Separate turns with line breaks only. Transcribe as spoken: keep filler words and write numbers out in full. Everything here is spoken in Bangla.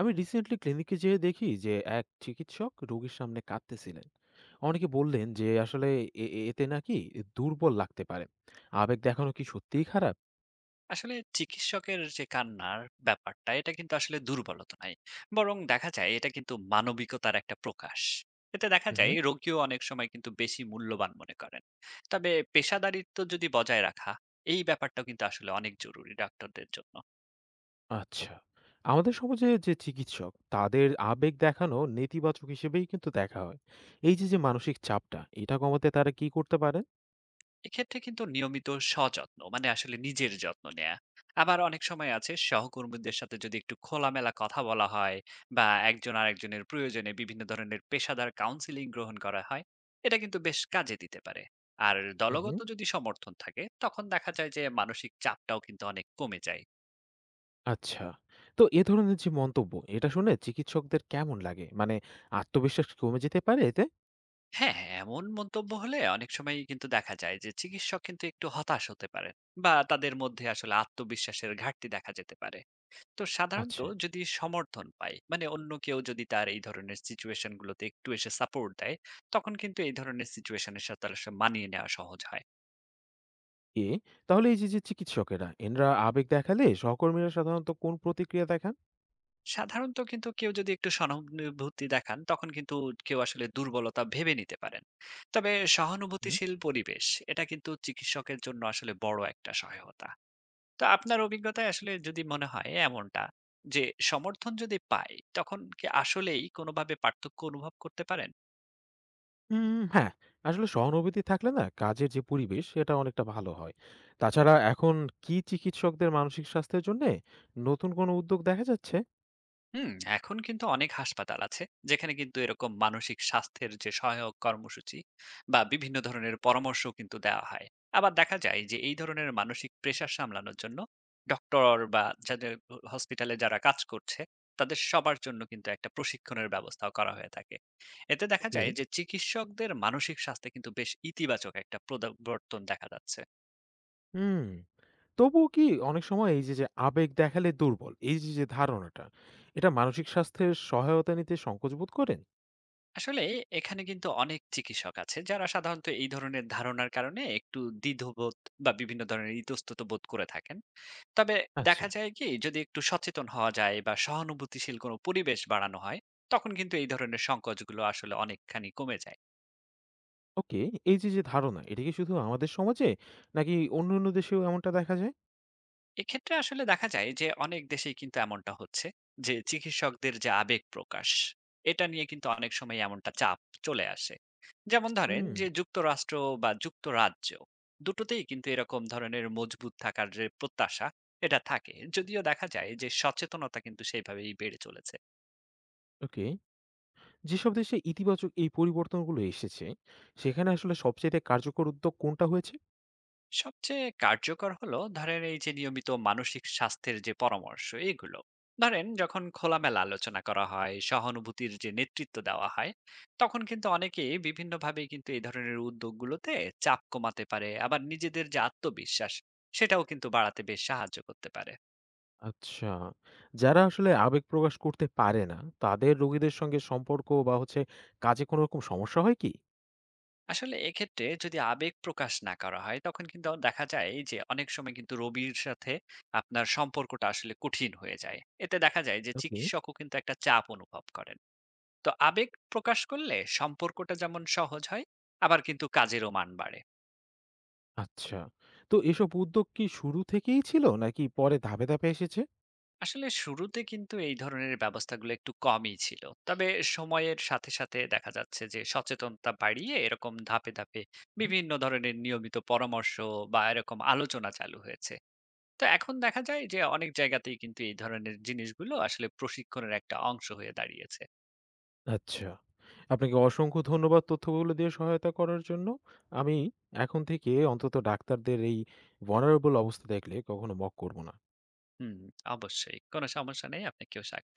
আমি রিসেন্টলি ক্লিনিকে যেয়ে দেখি যে এক চিকিৎসক রোগীর সামনে কাঁদতেছিলেন। অনেকে বললেন যে আসলে এ- এ- এতে নাকি দুর্বল লাগতে পারে। আবেগ দেখানো কি সত্যিই খারাপ?
আসলে চিকিৎসকের যে কান্নার ব্যাপারটা এটা কিন্তু আসলে দুর্বলতা নাই, বরং দেখা যায় এটা কিন্তু মানবিকতার একটা প্রকাশ। এতে দেখা যায়
হুম।
রোগীও অনেক সময় কিন্তু বেশি মূল্যবান মনে করেন। তবে পেশাদারিত্ব যদি বজায় রাখা, এই ব্যাপারটা কিন্তু আসলে অনেক জরুরি ডাক্তারদের জন্য।
আচ্ছা, আমাদের সমাজে যে চিকিৎসক, তাদের আবেগ দেখানো নেতিবাচক হিসেবেই কিন্তু দেখা হয়। এই যে যে মানসিক চাপটা এটা কমাতে তারা কি করতে পারেন?
এক্ষেত্রে কিন্তু নিয়মিত সযত্ন, মানে আসলে নিজের যত্ন নেয়া। আবার অনেক সময় আছে সহকর্মীদের সাথে যদি একটু খোলামেলা কথা বলা হয়, বা একজন আরেকজনের প্রয়োজনে বিভিন্ন ধরনের পেশাদার কাউন্সিলিং গ্রহণ করা হয়, এটা কিন্তু বেশ কাজে দিতে পারে। আর দলগত
হুম।
যদি সমর্থন থাকে তখন দেখা যায় যে মানসিক চাপটাও কিন্তু অনেক কমে যায়।
আচ্ছা, তো এ ধরনের যে মন্তব্য এটা শুনে চিকিৎসকদের কেমন লাগে, মানে আত্মবিশ্বাস কি কমে যেতে পারে এতে?
হ্যাঁ হ্যাঁ, এমন মন্তব্য হলে অনেক সময় কিন্তু দেখা যায় যে চিকিৎসক কিন্তু একটু হতাশ হতে পারে, বা তাদের মধ্যে আসলে আত্মবিশ্বাসের ঘাটতি দেখা যেতে পারে। তো সাধারণত
আচ্ছা।
যদি সমর্থন পায়, মানে অন্য কেউ যদি তার এই ধরনের সিচুয়েশন গুলোতে একটু এসে সাপোর্ট দেয়, তখন কিন্তু এই ধরনের সিচুয়েশনের সাথে তার সা- মানিয়ে নেওয়া সহজ হয়।
এ, তাহলে এই যে, যে চিকিৎসকেরা এনরা আবেগ দেখালে সহকর্মীরা সাধারণত কোন প্রতিক্রিয়া দেখান?
সাধারণত কিন্তু কেউ যদি একটু সহানুভূতি দেখান তখন কিন্তু কেউ আসলে দুর্বলতা ভেবে নিতে পারেন। তবে
হুম।
সহানুভূতিশীল পরিবেশ, এটা কিন্তু চিকিৎসকের জন্য আসলে বড় একটা সহায়তা। তো আপনার অভিজ্ঞতায় আসলে যদি মনে হয় এমনটা যে সমর্থন যদি পায়, তখন কি আসলেই কোনোভাবে পার্থক্য অনুভব করতে পারেন?
উম হ্যাঁ, আসলে সহানুভূতি থাকলে না কাজের যে পরিবেশ সেটা অনেকটা ভালো হয়। তাছাড়া এখন কি চিকিৎসকদের মানসিক স্বাস্থ্যের জন্যে নতুন কোনো উদ্যোগ দেখা যাচ্ছে?
হুম। এখন কিন্তু অনেক হাসপাতাল আছে যেখানে কিন্তু এরকম মানসিক স্বাস্থ্যের যে সহায়ক কর্মসূচি বা বিভিন্ন ধরনের পরামর্শ কিন্তু দেওয়া হয়। আবার দেখা যায় যে এই ধরনের মানসিক প্রেশার সামলানোর জন্য ডক্টর বা যাদের হসপিটালে যারা কাজ করছে, তাদের সবার জন্য কিন্তু একটা প্রশিক্ষণের ব্যবস্থাও করা হয়ে থাকে। এতে দেখা
ওকে।
যায় যে চিকিৎসকদের মানসিক স্বাস্থ্যে কিন্তু বেশ ইতিবাচক একটা পরিবর্তন দেখা যাচ্ছে।
হুম, তবুও কি অনেক সময় এই যে, যে আবেগ দেখালে দুর্বল, এই যে, যে ধারণাটা এটা মানসিক স্বাস্থ্যের সহায়তা নিতে সংকোচ বোধ করেন?
আসলে এখানে কিন্তু অনেক চিকিৎসক আছে যারা সাধারণত এই ধরনের ধারণার কারণে একটু দ্বিধাবোধ বা বিভিন্ন ধরনের ইতস্তত বোধ করে থাকেন। তবে
আচ্ছা।
দেখা যায় কি যদি একটু সচেতন হওয়া যায় বা সহানুভূতিশীল কোনো পরিবেশ বাড়ানো হয়, তখন কিন্তু এই ধরনের সংকোচগুলো আসলে অনেকখানি কমে যায়।
ওকে, এই যে, যে ধারণা এটা কি শুধু আমাদের সমাজে, নাকি অন্যান্য দেশেও এমনটা দেখা যায়?
এক্ষেত্রে আসলে দেখা যায় যে অনেক দেশেই কিন্তু এমনটা হচ্ছে যে চিকিৎসকদের যে আবেগ প্রকাশ, এটা নিয়ে কিন্তু অনেক সময় এমনটা চাপ চলে আসে। যেমন ধরেন
হুম।
যে যুক্তরাষ্ট্র বা যুক্তরাজ্য, দুটোতেই কিন্তু এরকম ধরনের মজবুত থাকার যে প্রত্যাশা এটা থাকে, যদিও দেখা যায় যে সচেতনতা কিন্তু সেইভাবেই বেড়ে চলেছে।
ওকে, যেসব দেশে ইতিবাচক এই পরিবর্তনগুলো এসেছে, সেখানে আসলে সবচাইতে কার্যকর উদ্যোগ কোনটা হয়েছে?
সবচেয়ে কার্যকর হলো ধরেন এই যে নিয়মিত মানসিক স্বাস্থ্যের যে পরামর্শ এগুলো, ধরেন যখন খোলামেলা আলোচনা করা হয়, সহানুভূতির যে নেতৃত্ব দেওয়া হয়, তখন কিন্তু অনেকেই বিভিন্নভাবে কিন্তু এই ধরনের উদ্যোগগুলোতে চাপ কমাতে পারে, আবার নিজেদের যে আত্মবিশ্বাস সেটাও কিন্তু বাড়াতে বেশ সাহায্য করতে পারে।
আচ্ছা, যারা আসলে আবেগ প্রকাশ করতে পারে না, তাদের রোগীদের সঙ্গে সম্পর্ক বা হচ্ছে কাজে কোনো রকম সমস্যা হয় কি?
আসলে এক্ষেত্রে যদি আবেগ প্রকাশ না করা হয় তখন কিন্তু দেখা যায় যে অনেক সময় কিন্তু রোগীর সাথে আপনার সম্পর্কটা আসলে কঠিন হয়ে যায়। এতে দেখা যায় যে
ওকে।
চিকিৎসকও কিন্তু একটা চাপ অনুভব করেন। তো আবেগ প্রকাশ করলে সম্পর্কটা যেমন সহজ হয়, আবার কিন্তু কাজেরও মান বাড়ে।
আচ্ছা, তো এসব উদ্যোগ কি শুরু থেকেই ছিল নাকি পরে ধাপে, ধাপে এসেছে?
আসলে শুরুতে কিন্তু এই ধরনের ব্যবস্থাগুলো একটু কমই ছিল, তবে সময়ের সাথে সাথে দেখা যাচ্ছে যে সচেতনতা বাড়িয়ে এরকম ধাপে ধাপে
হুম।
বিভিন্ন ধরনের নিয়মিত পরামর্শ বা এরকম আলোচনা চালু হয়েছে। তো এখন দেখা যায় যে অনেক জায়গাতেই কিন্তু এই ধরনের জিনিসগুলো আসলে প্রশিক্ষণের একটা অংশ হয়ে দাঁড়িয়েছে।
আচ্ছা, আপনাকে অসংখ্য ধন্যবাদ তথ্যগুলো দিয়ে সহায়তা করার জন্য। আমি এখন থেকে অন্তত ডাক্তারদের এই vulnerable অবস্থা দেখলে কখনো mock করব না।
হুম, অবশ্যই কোনো সমস্যা নেই, আপনাকেও স্বাগত।